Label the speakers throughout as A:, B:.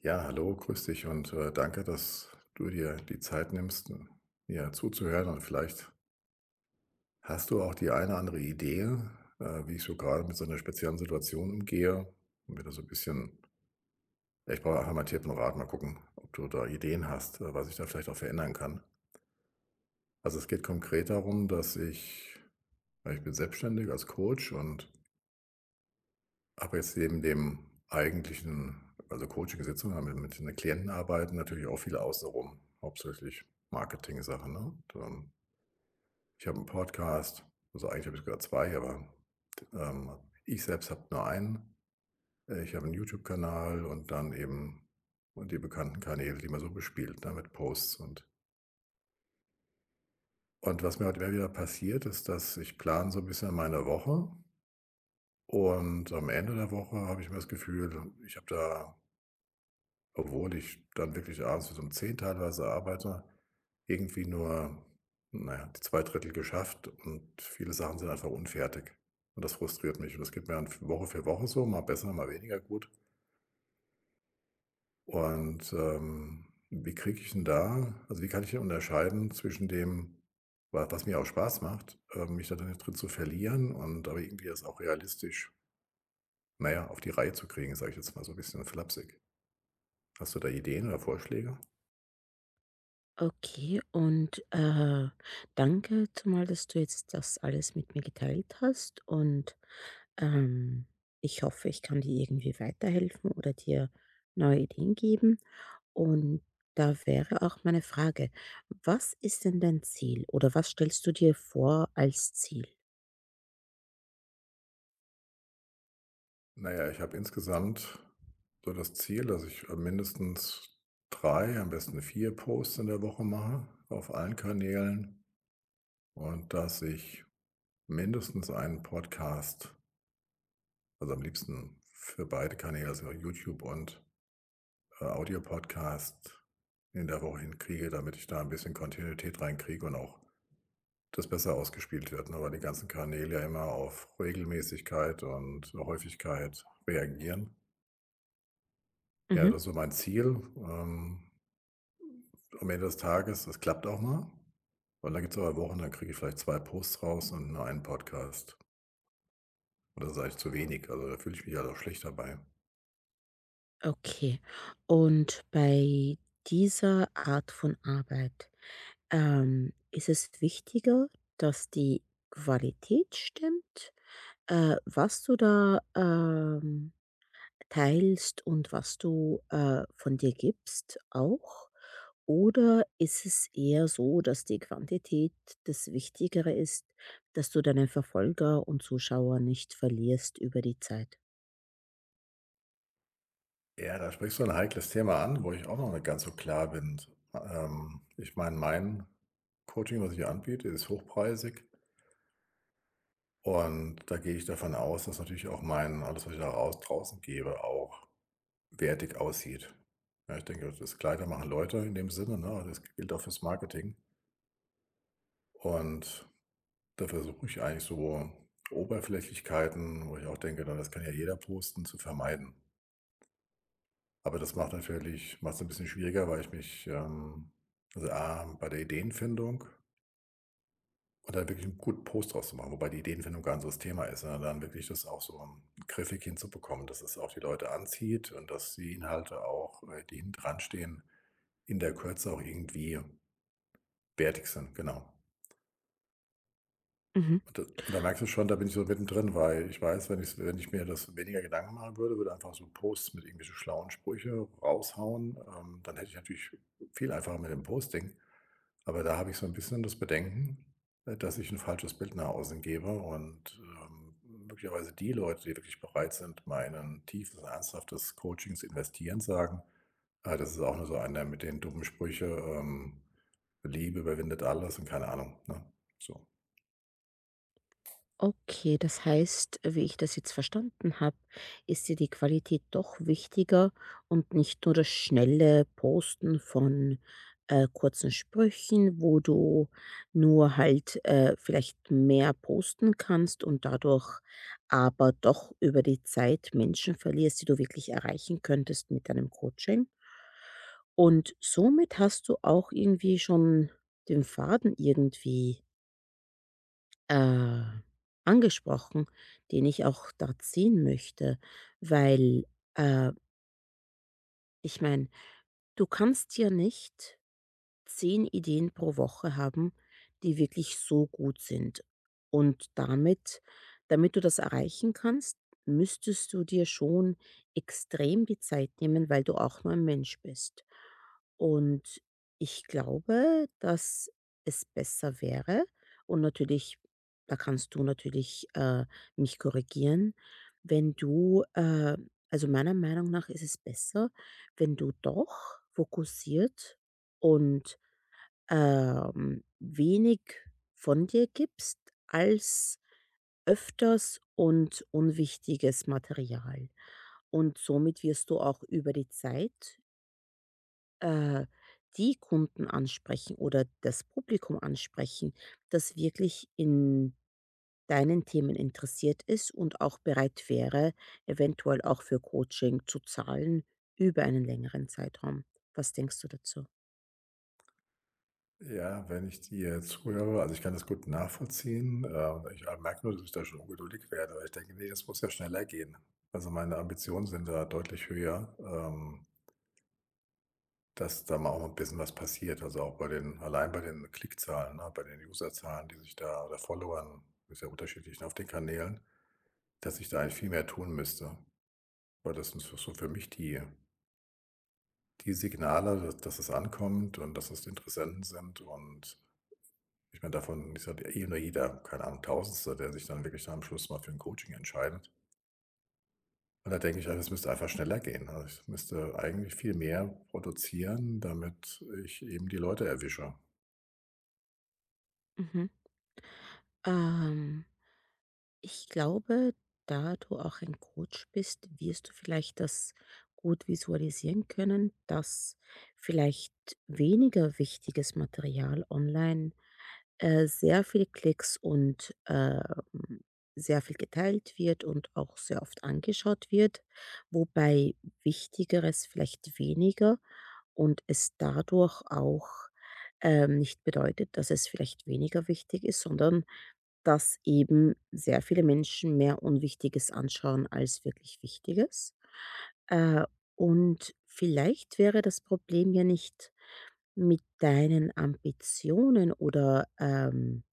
A: Ja, hallo, grüß dich und danke, dass du dir die Zeit nimmst, mir zuzuhören. Und vielleicht hast du auch die eine andere Idee, wie ich so gerade mit so einer speziellen Situation umgehe. Und mir da so ein bisschen, ja, ich brauche einfach mal Tipp und Rat, mal gucken, ob du da Ideen hast, was ich da vielleicht auch verändern kann. Also es geht konkret darum, dass ich, weil ich bin selbstständig als Coach und aber jetzt neben dem eigentlichen also Coaching-Sitzung haben wir mit den Klienten arbeiten natürlich auch viel außenrum, hauptsächlich Marketing-Sachen, ne? Und, ich habe einen Podcast, also eigentlich habe ich sogar 2 aber, ähm, ich selbst habe nur einen. Ich habe einen YouTube-Kanal und dann eben und die bekannten Kanäle, die man so bespielt, ne, mit Posts und was mir heute immer wieder passiert, ist, dass ich plane so ein bisschen meine Woche und am Ende der Woche habe ich immer das Gefühl, ich habe da. Obwohl ich dann wirklich abends bis um 10 teilweise arbeite, irgendwie nur, naja die 2 Drittel geschafft und viele Sachen sind einfach unfertig. Und das frustriert mich und das geht mir dann Woche für Woche so, mal besser, mal weniger gut. Und, wie kriege ich 'n da also, wie kann ich denn unterscheiden zwischen dem, wa was mir auch Spaß macht, mich da drin zu verlieren und aber irgendwie das auch realistisch, naja auf die Reihe zu kriegen, sage ich jetzt mal so ein bisschen flapsig. Hast du da Ideen oder Vorschläge?
B: Okay, und, äh, Danke zumal, dass du jetzt das alles mit mir geteilt hast und, ähm, ich hoffe, ich kann dir irgendwie weiterhelfen oder dir neue Ideen geben. Und da wäre auch meine Frage: Was ist denn dein Ziel oder was stellst du dir vor als Ziel?
A: Na ja, ich habe insgesamt so das Ziel, dass ich, mindestens 3, am besten 4 Posts in der Woche mache auf allen Kanälen und dass ich mindestens einen Podcast also am liebsten für beide Kanäle, also YouTube und, Audio-Podcast in der Woche hinkriege, damit ich da ein bisschen Kontinuität reinkriege und auch das besser ausgespielt wird, ne, weil die ganzen Kanäle ja immer auf Regelmäßigkeit und Häufigkeit reagieren. Ja,
B: Mhm,
A: das ist so mein Ziel. Am Ende des Tages, das klappt auch mal. Und dann gibt es aber Wochen, dann kriege ich vielleicht 2 Posts raus und nur einen Podcast. Und das ist eigentlich zu wenig. Also, da fühle ich mich halt auch schlecht dabei.
B: okay. Und bei dieser Art von Arbeit, ist es wichtiger, dass die Qualität stimmt, was du da, teilst und was du, von dir gibst auch? Oder ist es eher so, dass die Quantität das Wichtigere ist, dass du deine Verfolger und Zuschauer nicht verlierst über die Zeit?
A: Ja, da sprichst du ein heikles Thema an, wo ich auch noch nicht ganz so klar bin. Ich meine, mein Coaching, was ich anbiete, ist hochpreisig und da gehe ich davon aus, dass natürlich auch mein alles, was ich da raus draußen gebe, auch wertig aussieht. Ja, ich denke, das Kleider machen Leute in dem Sinne, ne? Das gilt auch fürs Marketing. Und da versuche ich eigentlich so Oberflächlichkeiten, wo ich auch denke, na, das kann ja jeder posten, zu vermeiden. Aber das macht natürlich macht es ein bisschen schwieriger, weil ich mich, also, A, bei der Ideenfindung und da wirklich 'n guten Post draus zu machen, wobei die Ideenfindung gar nicht so das Thema ist, sondern dann wirklich das auch so griffig hinzubekommen, dass es auch die Leute anzieht und dass die Inhalte auch, die hinten dran stehen, in der Kürze auch irgendwie wertig sind, genau.
B: Mhm.
A: Und da merkst du schon, da bin ich so mittendrin, weil ich weiß, wenn ich mir das weniger Gedanken machen würde, würde einfach so Posts mit irgendwelchen schlauen Sprüche raushauen, dann hätte ich natürlich viel einfacher mit dem Posting. Aber da habe ich so ein bisschen das Bedenken, dass ich ein falsches Bild nach außen gebe und, möglicherweise die Leute, die wirklich bereit sind, mal in 'nen tiefes, ernsthaftes Coaching zu investieren, sagen, das ist auch nur so einer mit den dummen Sprüchen: „Liebe überwindet alles“ und keine Ahnung, ne? So.
B: Okay, das heißt, wie ich das jetzt verstanden habe, ist dir die Qualität doch wichtiger und nicht nur das schnelle Posten von, kurzen Sprüchen, wo du nur halt, vielleicht mehr posten kannst und dadurch aber doch über die Zeit Menschen verlierst, die du wirklich erreichen könntest mit deinem Coaching. Und somit hast du auch irgendwie schon den Faden irgendwie äh, angesprochen, den ich auch da ziehen möchte, weil, äh, ich meine, du kannst ja nicht 10 Ideen pro Woche haben, die wirklich so gut sind. Und damit du das erreichen kannst, müsstest du dir schon extrem die Zeit nehmen, weil du auch nur ein Mensch bist. Und ich glaube, dass es besser wäre, und natürlich da kannst du natürlich, mich korrigieren, wenn du, also meiner Meinung nach ist es besser, wenn du doch fokussiert und wenig von dir gibst als öfters und unwichtiges Material. Und somit wirst du auch über die Zeit äh, die Kunden ansprechen oder das Publikum ansprechen, das wirklich in deinen Themen interessiert ist und auch bereit wäre, eventuell auch für Coaching zu zahlen über einen längeren Zeitraum. Was denkst du dazu?
A: Ja, wenn ich dir zuhöre also, ich kann das gut nachvollziehen. Und ich, merke nur, dass ich da schon ungeduldig werde, weil ich denke: „Nee, das muss ja schneller gehen.“ Also, meine Ambitionen sind da deutlich höher, dass da mal auch ein bisschen was passiert. Also, auch bei den Klickzahlen, ne, bei den Userzahlen, die sich da oder Followern, ist ja unterschiedlich, ne, auf den Kanälen, dass ich da eigentlich viel mehr tun müsste. Weil das sind so für mich die die Signale, dass dass es ankommt und dass es Interessenten sind und ich meine, davon, ich sage, eh nur jeder, keine Ahnung, Tausendster, der sich dann wirklich am Schluss mal für ein Coaching entscheidet. Und da denke ich einfach, es müsste einfach schneller gehen. Also, ich müsste eigentlich viel mehr produzieren, damit ich eben die Leute erwische.
B: Mhm. Ähm. Ich glaube, da du auch ein Coach bist, wirst du vielleicht das gut visualisieren können, dass vielleicht weniger wichtiges Material online sehr viele Klicks und sehr viel geteilt wird und auch sehr oft angeschaut wird, wobei Wichtigeres vielleicht weniger, und es dadurch auch nicht bedeutet, dass es vielleicht weniger wichtig ist, sondern dass eben sehr viele Menschen mehr Unwichtiges anschauen als wirklich Wichtiges. Äh, und vielleicht wäre das Problem ja nicht mit deinen Ambitionen oder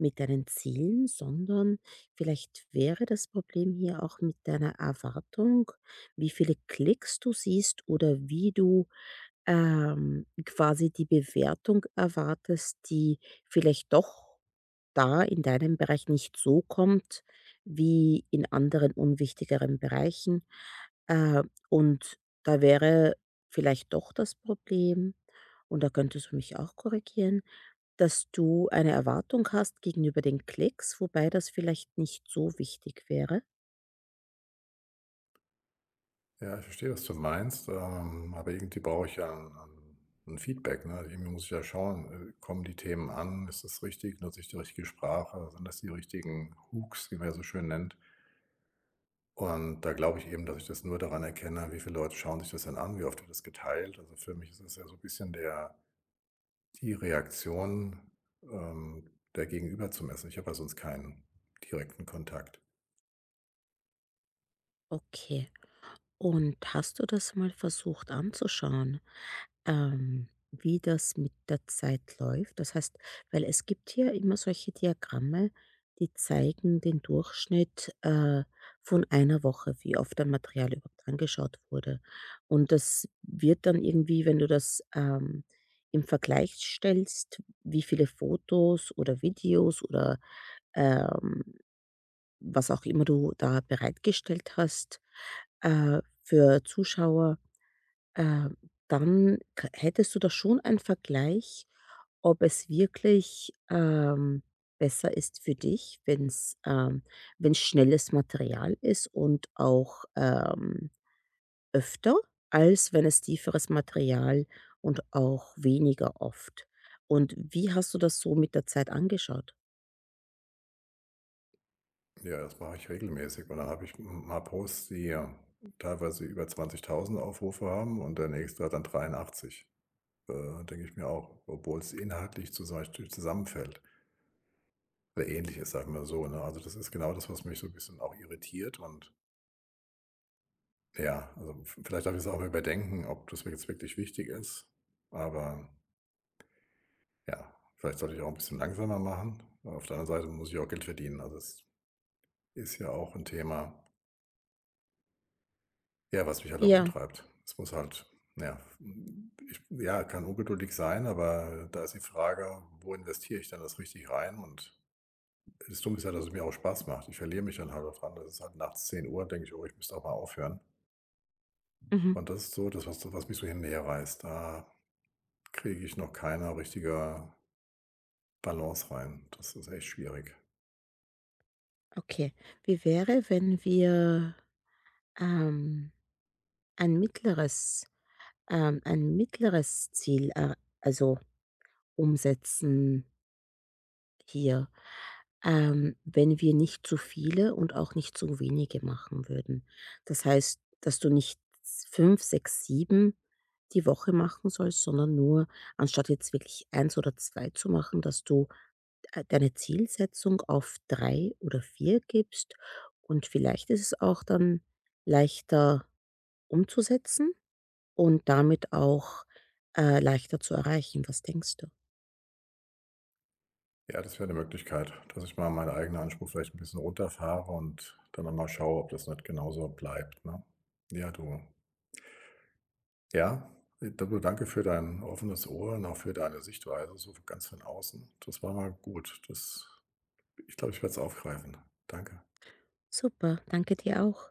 B: mit deinen Zielen, sondern vielleicht wäre das Problem hier auch mit deiner Erwartung, wie viele Klicks du siehst oder wie du quasi die Bewertung erwartest, die vielleicht doch da in deinem Bereich nicht so kommt wie in anderen unwichtigeren Bereichen. Äh, und da wäre vielleicht doch das Problem, und da könntest du mich auch korrigieren, dass du eine Erwartung hast gegenüber den Klicks, wobei das vielleicht nicht so wichtig wäre.
A: Ja, ich verstehe, was du meinst, aber irgendwie brauche ich ja ein 'n Feedback, ne? Irgendwie muss ich ja schauen, kommen die Themen an? Ist das richtig? Nutze ich die richtige Sprache? Sind das die richtigen Hooks, wie man ja so schön nennt? Und da glaube ich eben, dass ich das nur daran erkenne, wie viele Leute schauen sich das denn an, wie oft wird das geteilt. Also für mich ist es ja so 'n bisschen der die Reaktion, ähm, der Gegenüber zu messen. Ich habe ja sonst keinen direkten Kontakt.
B: Okay. Und hast du das mal versucht anzuschauen, wie das mit der Zeit läuft? Das heißt, weil es gibt hier immer solche Diagramme, die zeigen den Durchschnitt, von einer Woche, wie oft ein Material überhaupt angeschaut wurde. Und das wird dann irgendwie, wenn du das im Vergleich stellst, wie viele Fotos oder Videos oder ähm, was auch immer du da bereitgestellt hast, für Zuschauer, äh, dann k hättest du da schon einen Vergleich, ob es wirklich, besser ist für dich, wenn's wenn schnelles Material ist und auch, öfter, als wenn es tieferes Material und auch weniger oft. Und wie hast du das so mit der Zeit angeschaut?
A: Ja, das mache ich regelmäßig und dann habe ich m mal Posts, die ja teilweise über 20.000 Aufrufe haben und der nächste hat dann 83. Denke ich mir auch, obwohl es inhaltlich zum Beispiel zusammenfällt oder ähnlich ist, sagen wir so, ne? Also das ist genau das, was mich so 'n bisschen auch irritiert und ja, also v vielleicht darf ich es auch überdenken, ob das mir jetzt wirklich wichtig ist. Aber ja, vielleicht sollte ich auch ein bisschen langsamer machen. Aber auf der anderen Seite muss ich auch Geld verdienen. Also, es ist ja auch ein Thema, ja, was mich halt auch
B: Ja,
A: umtreibt. Es muss halt ja, ich ja, kann ungeduldig sein, aber da ist die Frage, wo investiere ich dann das richtig rein? Und das Dumme ist ja, dass es mir auch Spaß macht. Ich verliere mich dann halt da dran. Das ist halt nachts zehn Uhr denke ich: „Oh, ich müsste auch mal aufhören.“
B: mhm,
A: Und das ist so das, was mich so hin und reißt. Da kriege ich noch keine richtige Balance rein. Das ist echt schwierig.
B: okay. Wie wäre, wenn wir, ähm, ein mittleres ein mittleres Ziel, also umsetzen hier, wenn wir nicht zu viele und auch nicht zu wenige machen würden. Das heißt, dass du nicht 5 6 7 die Woche machen sollst, sondern nur, anstatt jetzt wirklich eins oder 2 zu machen, dass du d deine Zielsetzung auf 3 oder 4 gibst und vielleicht ist es auch dann leichter umzusetzen und damit auch, leichter zu erreichen. Was denkst du?
A: Ja, das wäre eine Möglichkeit, dass ich mal meinen eigenen Anspruch vielleicht ein bisschen runterfahre und dann noch mal schaue, ob das nicht genauso bleibt, ne? Ja, du ja, du danke für dein offenes Ohr und auch für deine Sichtweise so ganz von außen. Das war mal gut. Das Ich glaube, ich werde es aufgreifen. Danke.
B: Super, danke dir auch.